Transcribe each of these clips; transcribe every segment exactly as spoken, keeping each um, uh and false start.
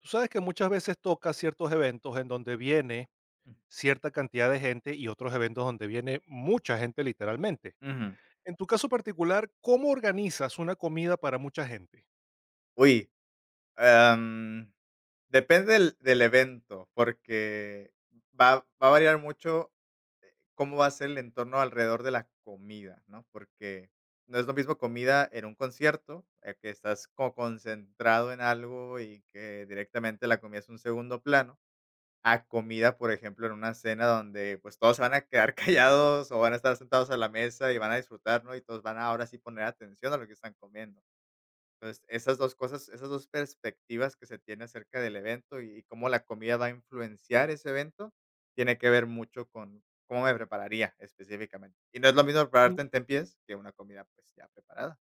Tú sabes que muchas veces toca ciertos eventos en donde viene cierta cantidad de gente y otros eventos donde viene mucha gente literalmente. Ujú. En tu caso particular, ¿cómo organizas una comida para mucha gente? Uy, am, depende del del evento, porque va va a variar mucho cómo va a ser el entorno alrededor de la comida, ¿no? Porque no es lo mismo comida en un concierto, eh, que estás como concentrado en algo y que directamente la comida es un segundo plano, a comida, por ejemplo, en una cena donde, pues, todos se van a quedar callados o van a estar sentados a la mesa y van a disfrutar, ¿no? Y todos van a ahora sí poner atención a lo que están comiendo. Entonces, esas dos cosas, esas dos perspectivas que se tiene acerca del evento y y cómo la comida va a influenciar ese evento, tiene que ver mucho con cómo me prepararía específicamente. Y no es lo mismo Mm. prepararte en Tempies que una comida, pues, ya preparada.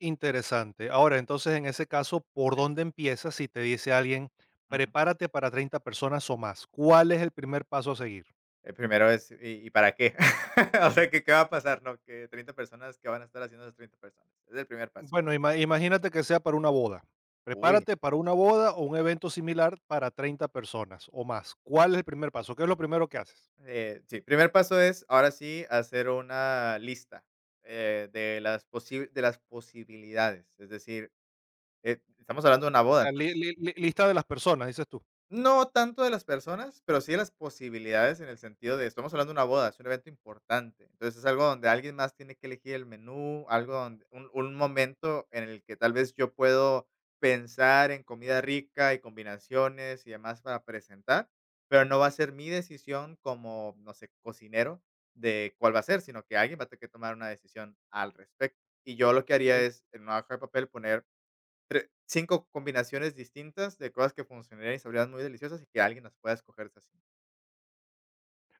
Interesante. Ahora, entonces, en ese caso, ¿por dónde empiezas si te dice alguien, Ujú. prepárate para treinta personas o más? ¿Cuál es el primer paso a seguir? El primero es, ¿y y para qué? O sea, ¿qué qué va a pasar? No, que treinta personas, ¿qué van a estar haciendo esas treinta personas? Es el primer paso. Bueno, ima- imagínate que sea para una boda. Uy. Prepárate para una boda o un evento similar para treinta personas o más. ¿Cuál es el primer paso? ¿Qué es lo primero que haces? Eh, sí, primer paso es, ahora sí, hacer una lista, eh, de las posi de las posibilidades. Es decir Eh, estamos hablando de una boda, Sea, li entonces, li li lista de las personas, dices tú. no tanto de las personas, pero sí de las posibilidades en el sentido de estamos hablando de una boda, es un evento importante. Entonces, es algo donde alguien más tiene que elegir el menú, algo donde un un momento en el que tal vez yo puedo pensar en comida rica y combinaciones y demás para presentar, pero no va a ser mi decisión como, no sé, cocinero de cuál va a ser, sino que alguien va a tener que tomar una decisión al respecto. Y yo lo que haría En es, en una hoja de papel, poner Tre cinco combinaciones distintas de cosas que funcionarían y sabrían muy deliciosas, y que alguien las pueda escoger así. Sí,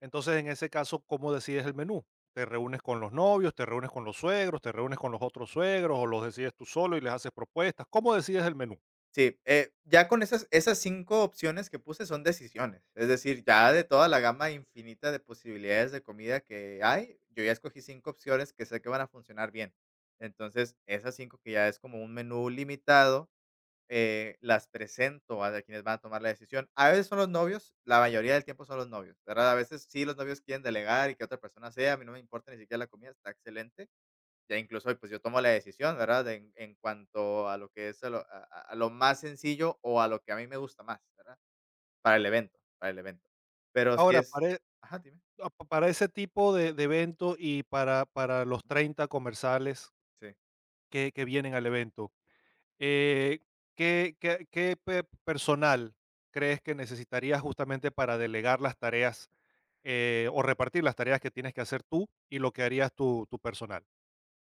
Entonces, en ese caso, ¿cómo decides el menú? ¿Te reúnes con los novios, te reúnes con los suegros, te reúnes con los otros suegros o los decides tú solo y les haces propuestas? ¿Cómo decides el menú? sí, eh, ya con esas esas cinco opciones que puse son decisiones, es decir, ya de toda la gama infinita de posibilidades de comida que hay, yo ya escogí cinco opciones que sé que van a funcionar bien. Entonces, esas cinco que ya es como un menú limitado, Eh, las presento a quienes van a tomar la decisión. A veces son los novios, la mayoría del tiempo son los novios, ¿verdad? A veces sí los novios quieren delegar y que otra persona sea, a mí no me importa ni siquiera la comida, está excelente. Ya incluso, pues yo tomo la decisión, ¿verdad? De en, en cuanto a lo que es a lo, a- a- a lo más sencillo o a lo que a mí me gusta más, ¿verdad? Para el evento, para el evento. Pero si Ahora, es... para e Ajá, dime. a pa- para ese tipo de de evento y para para los treinta comerciales Sí. que que vienen al evento, eh, ¿qué qué qué pe personal crees que necesitarías justamente para delegar las tareas, eh, o repartir las tareas que tienes que hacer tú y lo que harías tu tu personal?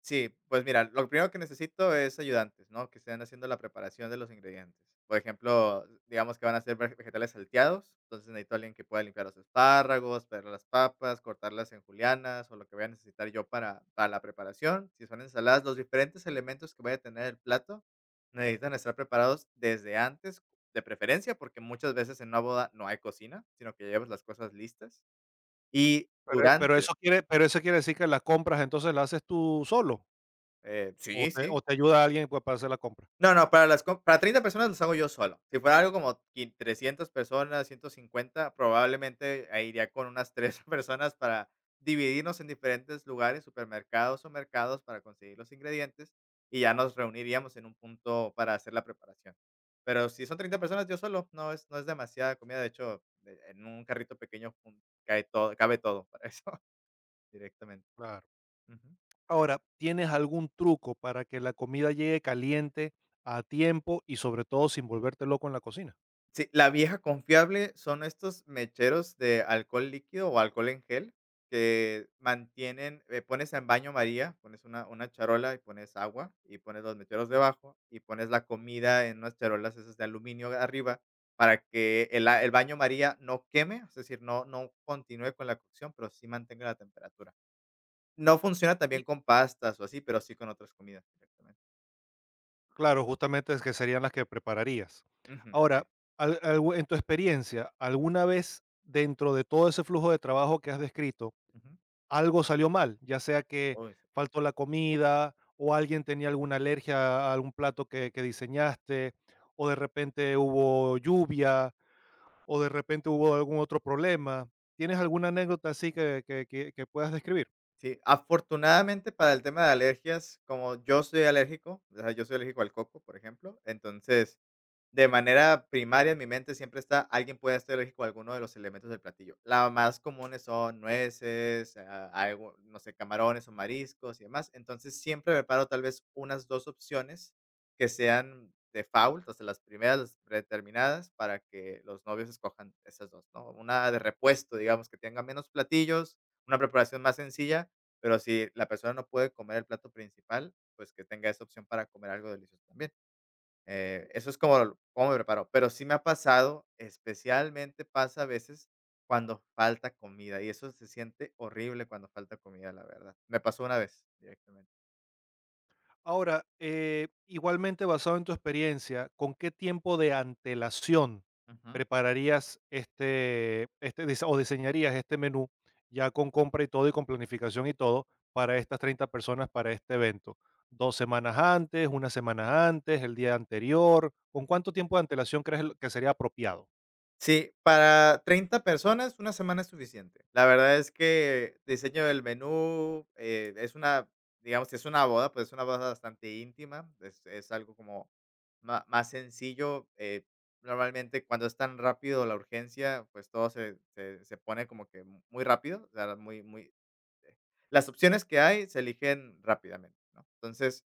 Sí, pues mira, lo primero que necesito es ayudantes, ¿no? Que estén haciendo la preparación de los ingredientes. Por ejemplo, digamos que van a hacer vege- vegetales salteados, entonces necesito a alguien que pueda limpiar los espárragos, pelar las papas, cortarlas en julianas o lo que voy a necesitar yo para, para la preparación. Si son ensaladas, los diferentes elementos que vaya a tener el plato necesitan estar preparados desde antes, de preferencia, porque muchas veces en una boda no hay cocina, sino que llevas las cosas listas. Y Pero pero durante, eso quiere pero eso quiere decir que las compras, entonces, ¿las haces tú solo, eh, o sí, te sí, o te ayuda alguien, pues, para hacer la compra? no, no, para las com para treinta personas los hago yo solo. Si fuera algo como quin trescientas personas, ciento cincuenta, probablemente, ah, iría con unas tres personas para dividirnos en diferentes lugares, supermercados o mercados para conseguir los ingredientes, y ya nos reuniríamos en un punto para hacer la preparación. Pero si son treinta personas, yo solo, no es no es demasiada comida, de hecho, eh, en un carrito pequeño, jun cae todo cabe todo para eso directamente. Claro. Ahora, ¿tienes algún truco para que la comida llegue caliente, a tiempo y, sobre todo, sin volverte loco en la cocina? Sí, la vieja confiable son estos mecheros de alcohol líquido o alcohol en gel que mantienen, eh, pones en baño María, pones una, una charola y pones agua y pones los mecheros debajo y pones la comida en unas charolas esas de aluminio arriba para que el, a- el baño María no queme, es decir, no, no continúe con la cocción, pero sí mantenga la temperatura. No funciona Y, también con pastas o así, pero sí con otras comidas directamente. claro, justamente es que serían las que prepararías. Ujú, sí. Ahora, al algo en tu experiencia, ¿alguna vez, dentro de todo ese flujo de trabajo que has descrito Ujú. algo salió mal, ya sea que Uy, faltó la comida o alguien tenía alguna alergia a algún plato que, que diseñaste, o de repente hubo lluvia, o de repente hubo algún otro problema? ¿Tienes alguna anécdota así que, que- que- que puedas describir? Sí, afortunadamente para el tema de alergias, como yo soy alérgico, o sea, yo soy alérgico al coco, por ejemplo, entonces, de manera primaria en mi mente siempre está, alguien puede ser alérgico a alguno de los elementos del platillo. La más comunes son nueces, ah, algo, no sé, camarones o mariscos y demás. Entonces, siempre preparo tal vez unas dos opciones que sean default, o sea, las primeras, las predeterminadas, para que los novios escojan esas dos, ¿no? Una de repuesto, digamos, que tenga menos platillos, una preparación más sencilla, pero si la persona no puede comer el plato principal, pues que tenga esa opción para comer algo delicioso también. Eh, eso es como cómo me preparo, pero sí me ha pasado, especialmente pasa a veces cuando falta comida, y eso se siente horrible cuando falta comida, la verdad. Me pasó una vez directamente. Ahora, eh, igualmente basado en tu experiencia, ¿con qué tiempo de antelación Ujú. prepararías este, este dise- o diseñarías este menú ya con compra y todo y con planificación y todo para estas treinta personas para este evento? ¿Dos semanas antes, una semana antes, el día anterior? ¿Con Ujú. cuánto tiempo de antelación crees lo- que sería apropiado? Sí, para treinta personas, una semana es suficiente. La verdad es que diseño del menú, eh, es una, digamos, si es una boda, pues es una boda bastante íntima, es, es algo como ma- más sencillo. eh, normalmente cuando es tan rápido la urgencia, pues todo se, se, se pone como que mu- muy rápido, o sea, muy, muy, eh, las opciones que hay se eligen rápidamente, ¿no? Entonces,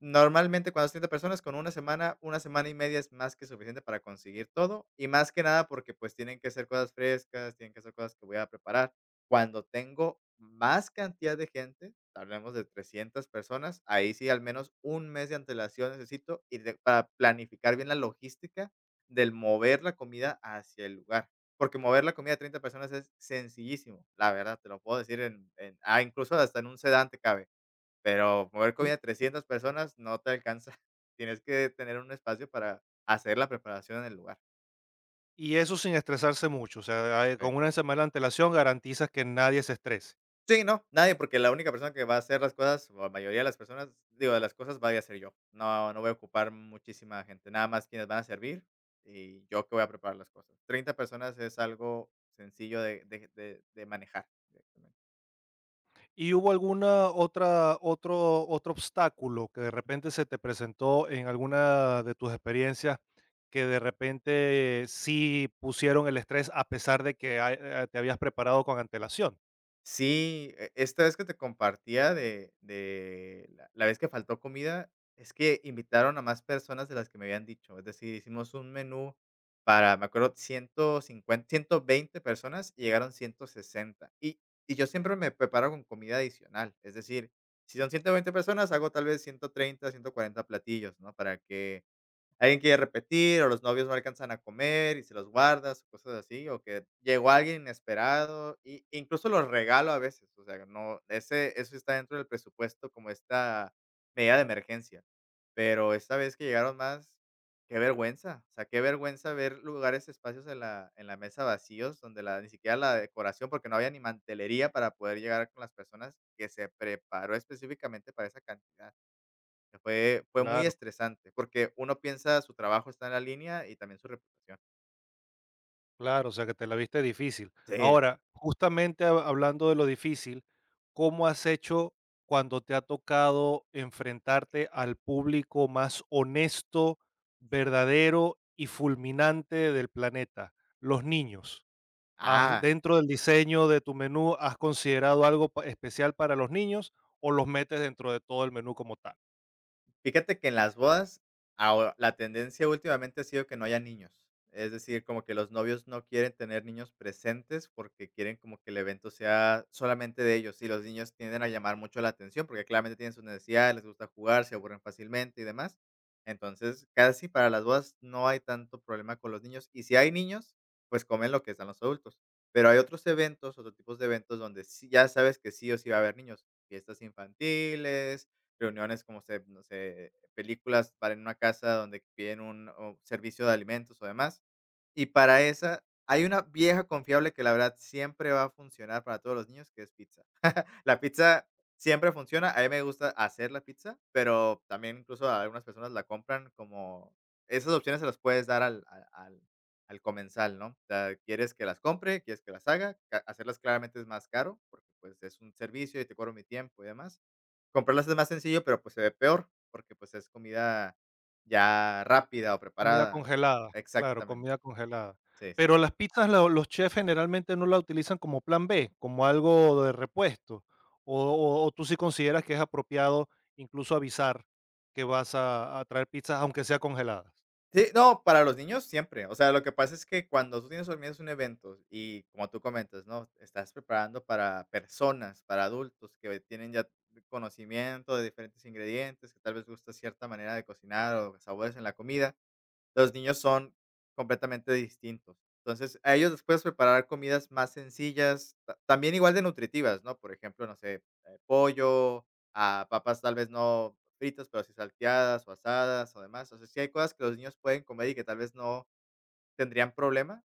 normalmente, cuando es treinta personas, con una semana, una semana y media es más que suficiente para conseguir todo, y más que nada porque, pues, tienen que ser cosas frescas, tienen que ser cosas que voy a preparar. Cuando tengo más cantidad de gente, hablemos de trescientas personas, ahí sí al menos un mes de antelación necesito y de para planificar bien la logística del mover la comida hacia el lugar, porque mover la comida de treinta personas es sencillísimo, la verdad, te lo puedo decir en en ah, incluso hasta en un sedante cabe. Pero mover Y, comida a trescientas personas no te alcanza. Tienes que tener un espacio para hacer la preparación en el lugar. y eso sin estresarse mucho, o sea, eh, Sí. con una semana de antelación garantizas que nadie se estrese. Sí, no, nadie, porque la única persona que va a hacer las cosas, o la mayoría de las personas, digo, de las cosas, vaya a ser yo. No, no voy a ocupar muchísima gente, nada más quienes van a servir y yo que voy a preparar las cosas. Treinta personas es algo sencillo de de de de manejar. ¿Y hubo alguna otra otro otro obstáculo que de repente se te presentó en alguna de tus experiencias, que de repente sí pusieron el estrés a pesar de que hay eh, te habías preparado con antelación? Sí, e esta vez que te compartía de de la la vez que faltó comida, es que invitaron a más personas de las que me habían dicho. Es decir, hicimos un menú para, me acuerdo, ciento cincuenta, ciento veinte personas y llegaron ciento sesenta. Y y yo siempre me preparo con comida adicional. Es decir, si son ciento veinte personas, hago tal vez ciento treinta, ciento cuarenta platillos, ¿no? Para que alguien quiere repetir o los novios no alcanzan a comer y se los guardas o cosas así, o que llegó alguien inesperado, y incluso los regalo a veces, o sea, no, ese eso está dentro del presupuesto como esta medida de emergencia, pero esta vez que llegaron más, qué vergüenza, o sea, qué vergüenza ver lugares, espacios en la en la mesa vacíos donde la ni siquiera la decoración, porque no había ni mantelería para poder llegar con las personas que se preparó específicamente para esa cantidad. Fue fue muy Claro, estresante, porque uno piensa su trabajo está en la línea y también su reputación. claro, o sea, que te la viste difícil. Sí. Ahora, justamente ha hablando de lo difícil, ¿cómo has hecho cuando te ha tocado enfrentarte al público más honesto, verdadero y fulminante del planeta, los niños? ¿Has Ah. dentro del diseño de tu menú, has considerado algo pa especial para los niños o los metes dentro de todo el menú como tal? Fíjate que en las bodas, aho la tendencia últimamente ha sido que no haya niños. Es decir, como que los novios no quieren tener niños presentes, porque quieren como que el evento sea solamente de ellos, y los niños tienden a llamar mucho la atención, porque claramente tienen sus necesidades, les gusta jugar, se aburren fácilmente y demás. Entonces, casi para las bodas no hay tanto problema con los niños, y si hay niños, pues comen lo que están los adultos. Pero hay otros eventos, otros tipos de eventos donde sí ya sabes que sí o sí va a haber niños, fiestas infantiles, reuniones, como se no sé, películas para en una casa donde piden un o servicio de alimentos o demás. Y para esa, hay una vieja confiable que la verdad siempre va a funcionar para todos los niños, que es pizza. La pizza siempre funciona, a mí me gusta hacer la pizza, pero también incluso a algunas personas la compran como esas opciones se las puedes dar al al al al comensal, ¿no? O sea, quieres que las compre, quieres que las haga, ca hacerlas claramente es más caro, porque, pues, es un servicio y te cobro mi tiempo y demás. Comprarlas es más sencillo, pero, pues, se ve peor, porque, pues, es comida ya rápida o Comida preparada. congelada, claro, Exactamente. comida congelada. Sí, sí. Pero las pizzas, lo los chefs generalmente no la utilizan como plan B, como algo de repuesto, o o o, ¿tú sí consideras que es apropiado incluso avisar que vas a a traer pizzas, aunque sea congeladas? Sí, no, para los niños siempre. O sea, lo que pasa es que cuando tú tienes organizas un evento y, como tú comentas, ¿no? Estás preparando para personas, para adultos que tienen ya conocimiento de diferentes ingredientes, que tal vez gusta cierta manera de cocinar o sabores en la comida. Los niños son completamente distintos. Entonces, a ellos les puedes preparar comidas más sencillas, ta también igual de nutritivas, ¿no? Por ejemplo, no sé, eh, pollo, ah, papas tal vez no fritas, pero sí salteadas o asadas o demás. O sea, sí hay cosas que los niños pueden comer y que tal vez no tendrían problema,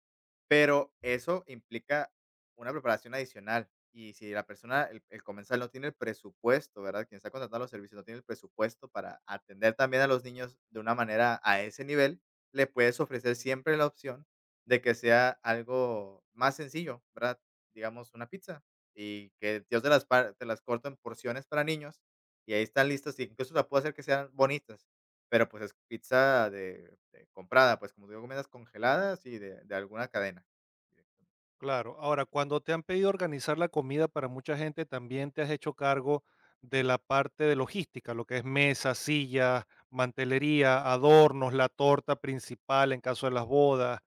pero eso implica una preparación adicional. Y si la persona, el, el comensal no tiene el presupuesto, ¿verdad? Quien está contratando los servicios no tiene el presupuesto para atender también a los niños de una manera a ese nivel, le puedes ofrecer siempre la opción de que sea algo más sencillo, ¿verdad? Digamos una pizza y que yo te las, par- te las corto en porciones para niños y ahí están listas y incluso la puedo hacer que sean bonitas, pero, pues, es pizza de de comprada, pues, como digo, comidas congeladas y de de alguna cadena. Claro. Ahora, cuando te han pedido organizar la comida para mucha gente, ¿también te has hecho cargo de Ujú. la parte de logística, lo que es mesas, sillas, mantelería, adornos, la torta principal en caso de las bodas?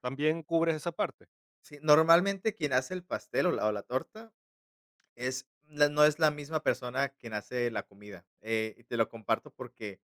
También cubres esa parte. Sí, normalmente quien hace el pastel o la o la torta, es la no es la misma persona quien hace la comida, eh, y te lo comparto porque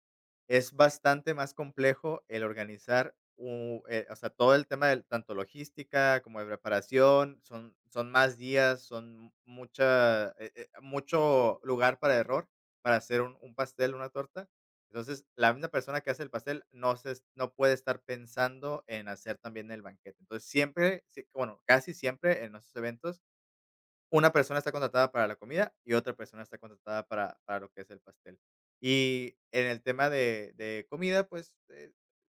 es bastante más complejo el organizar u eh, o sea, todo el tema del tanto logística como de preparación, son son más días, son mucha eh eh, mucho lugar para error para hacer un un pastel, una torta. Entonces, la misma persona que hace el pastel no se es no puede estar pensando en hacer también el banquete. Entonces, siempre, sí, bueno, casi siempre en nuestros eventos una persona está contratada para la comida y otra persona está contratada para para lo que es el pastel. Y en el tema de de comida, pues, eh,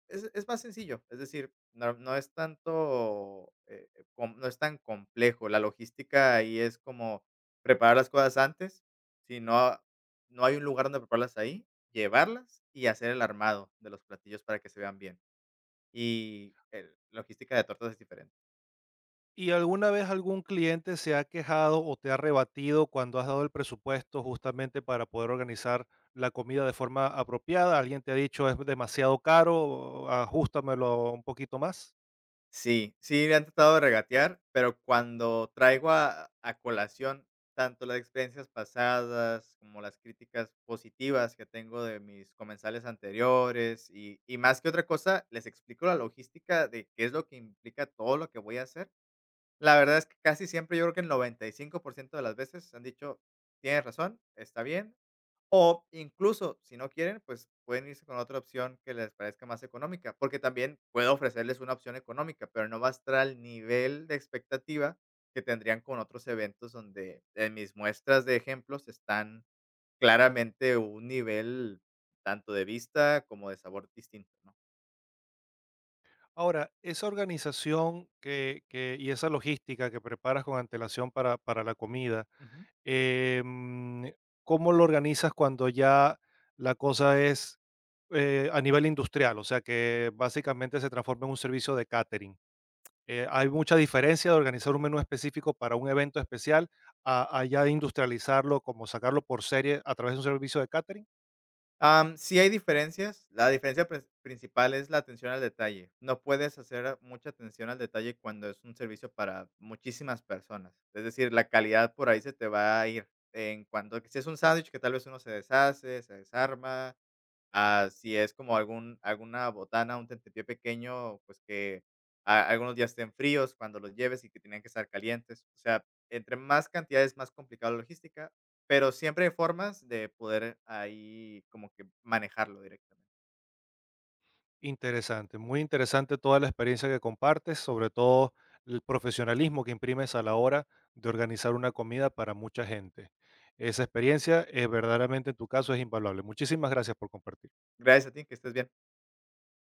es es más sencillo, es decir, no no es tanto, eh, eh, com no es tan complejo. La logística ahí es como preparar las cosas antes, si no no hay un lugar donde prepararlas ahí, llevarlas y hacer el armado de los platillos para que se vean bien. Y el la logística de tortas es diferente. ¿Y alguna vez algún cliente se ha quejado o te ha rebatido cuando has dado el presupuesto justamente para poder organizar la comida de forma apropiada? ¿Alguien te ha dicho es demasiado caro, ajustamelo un poquito más? Sí, sí me han tratado de regatear, pero cuando traigo a a colación tanto las experiencias pasadas, como las críticas positivas que tengo de mis comensales anteriores, y y más que otra cosa, les explico la logística de qué es lo que implica todo lo que voy a hacer. La verdad es que casi siempre, yo creo que el noventa y cinco por ciento de las veces han dicho: "Tienes razón, está bien". O incluso, si no quieren, pues pueden irse con otra opción que les parezca más económica, porque también puedo ofrecerles una opción económica, pero no va a estar al nivel de expectativa que tendrían con otros eventos donde en mis muestras de ejemplos están claramente un nivel tanto de vista como de sabor distinto, ¿no? Ahora, esa organización que, que- y esa logística que preparas con antelación para, para la comida, Ujú. em, ¿cómo lo organizas cuando ya la cosa es eh, a nivel industrial? O sea, que básicamente se transforma en un servicio de catering. Eh, ¿hay mucha diferencia de organizar un menú específico para un evento especial a, a ya industrializarlo, como sacarlo por serie a través de un servicio de catering? Am, sí hay diferencias. La diferencia pres principal es la atención al detalle. No puedes hacer mucha atención al detalle cuando es un servicio para muchísimas personas. Es decir, la calidad por ahí se te va a ir. En cuanto que si es un sándwich que tal vez uno se deshace, se desarma, ah, si es como algún alguna botana, un tentepié pequeño, pues, que a algunos días estén fríos cuando los lleves y que tenían que estar calientes. O sea, entre más cantidades más complicada la logística, pero siempre hay formas de poder ahí como que manejarlo directamente. Interesante, muy interesante toda la experiencia que compartes, sobre todo el profesionalismo que imprimes a la hora de organizar una comida para mucha gente. Esa experiencia es verdaderamente en tu caso es invaluable. Muchísimas gracias por compartir. Gracias a ti, que estés bien.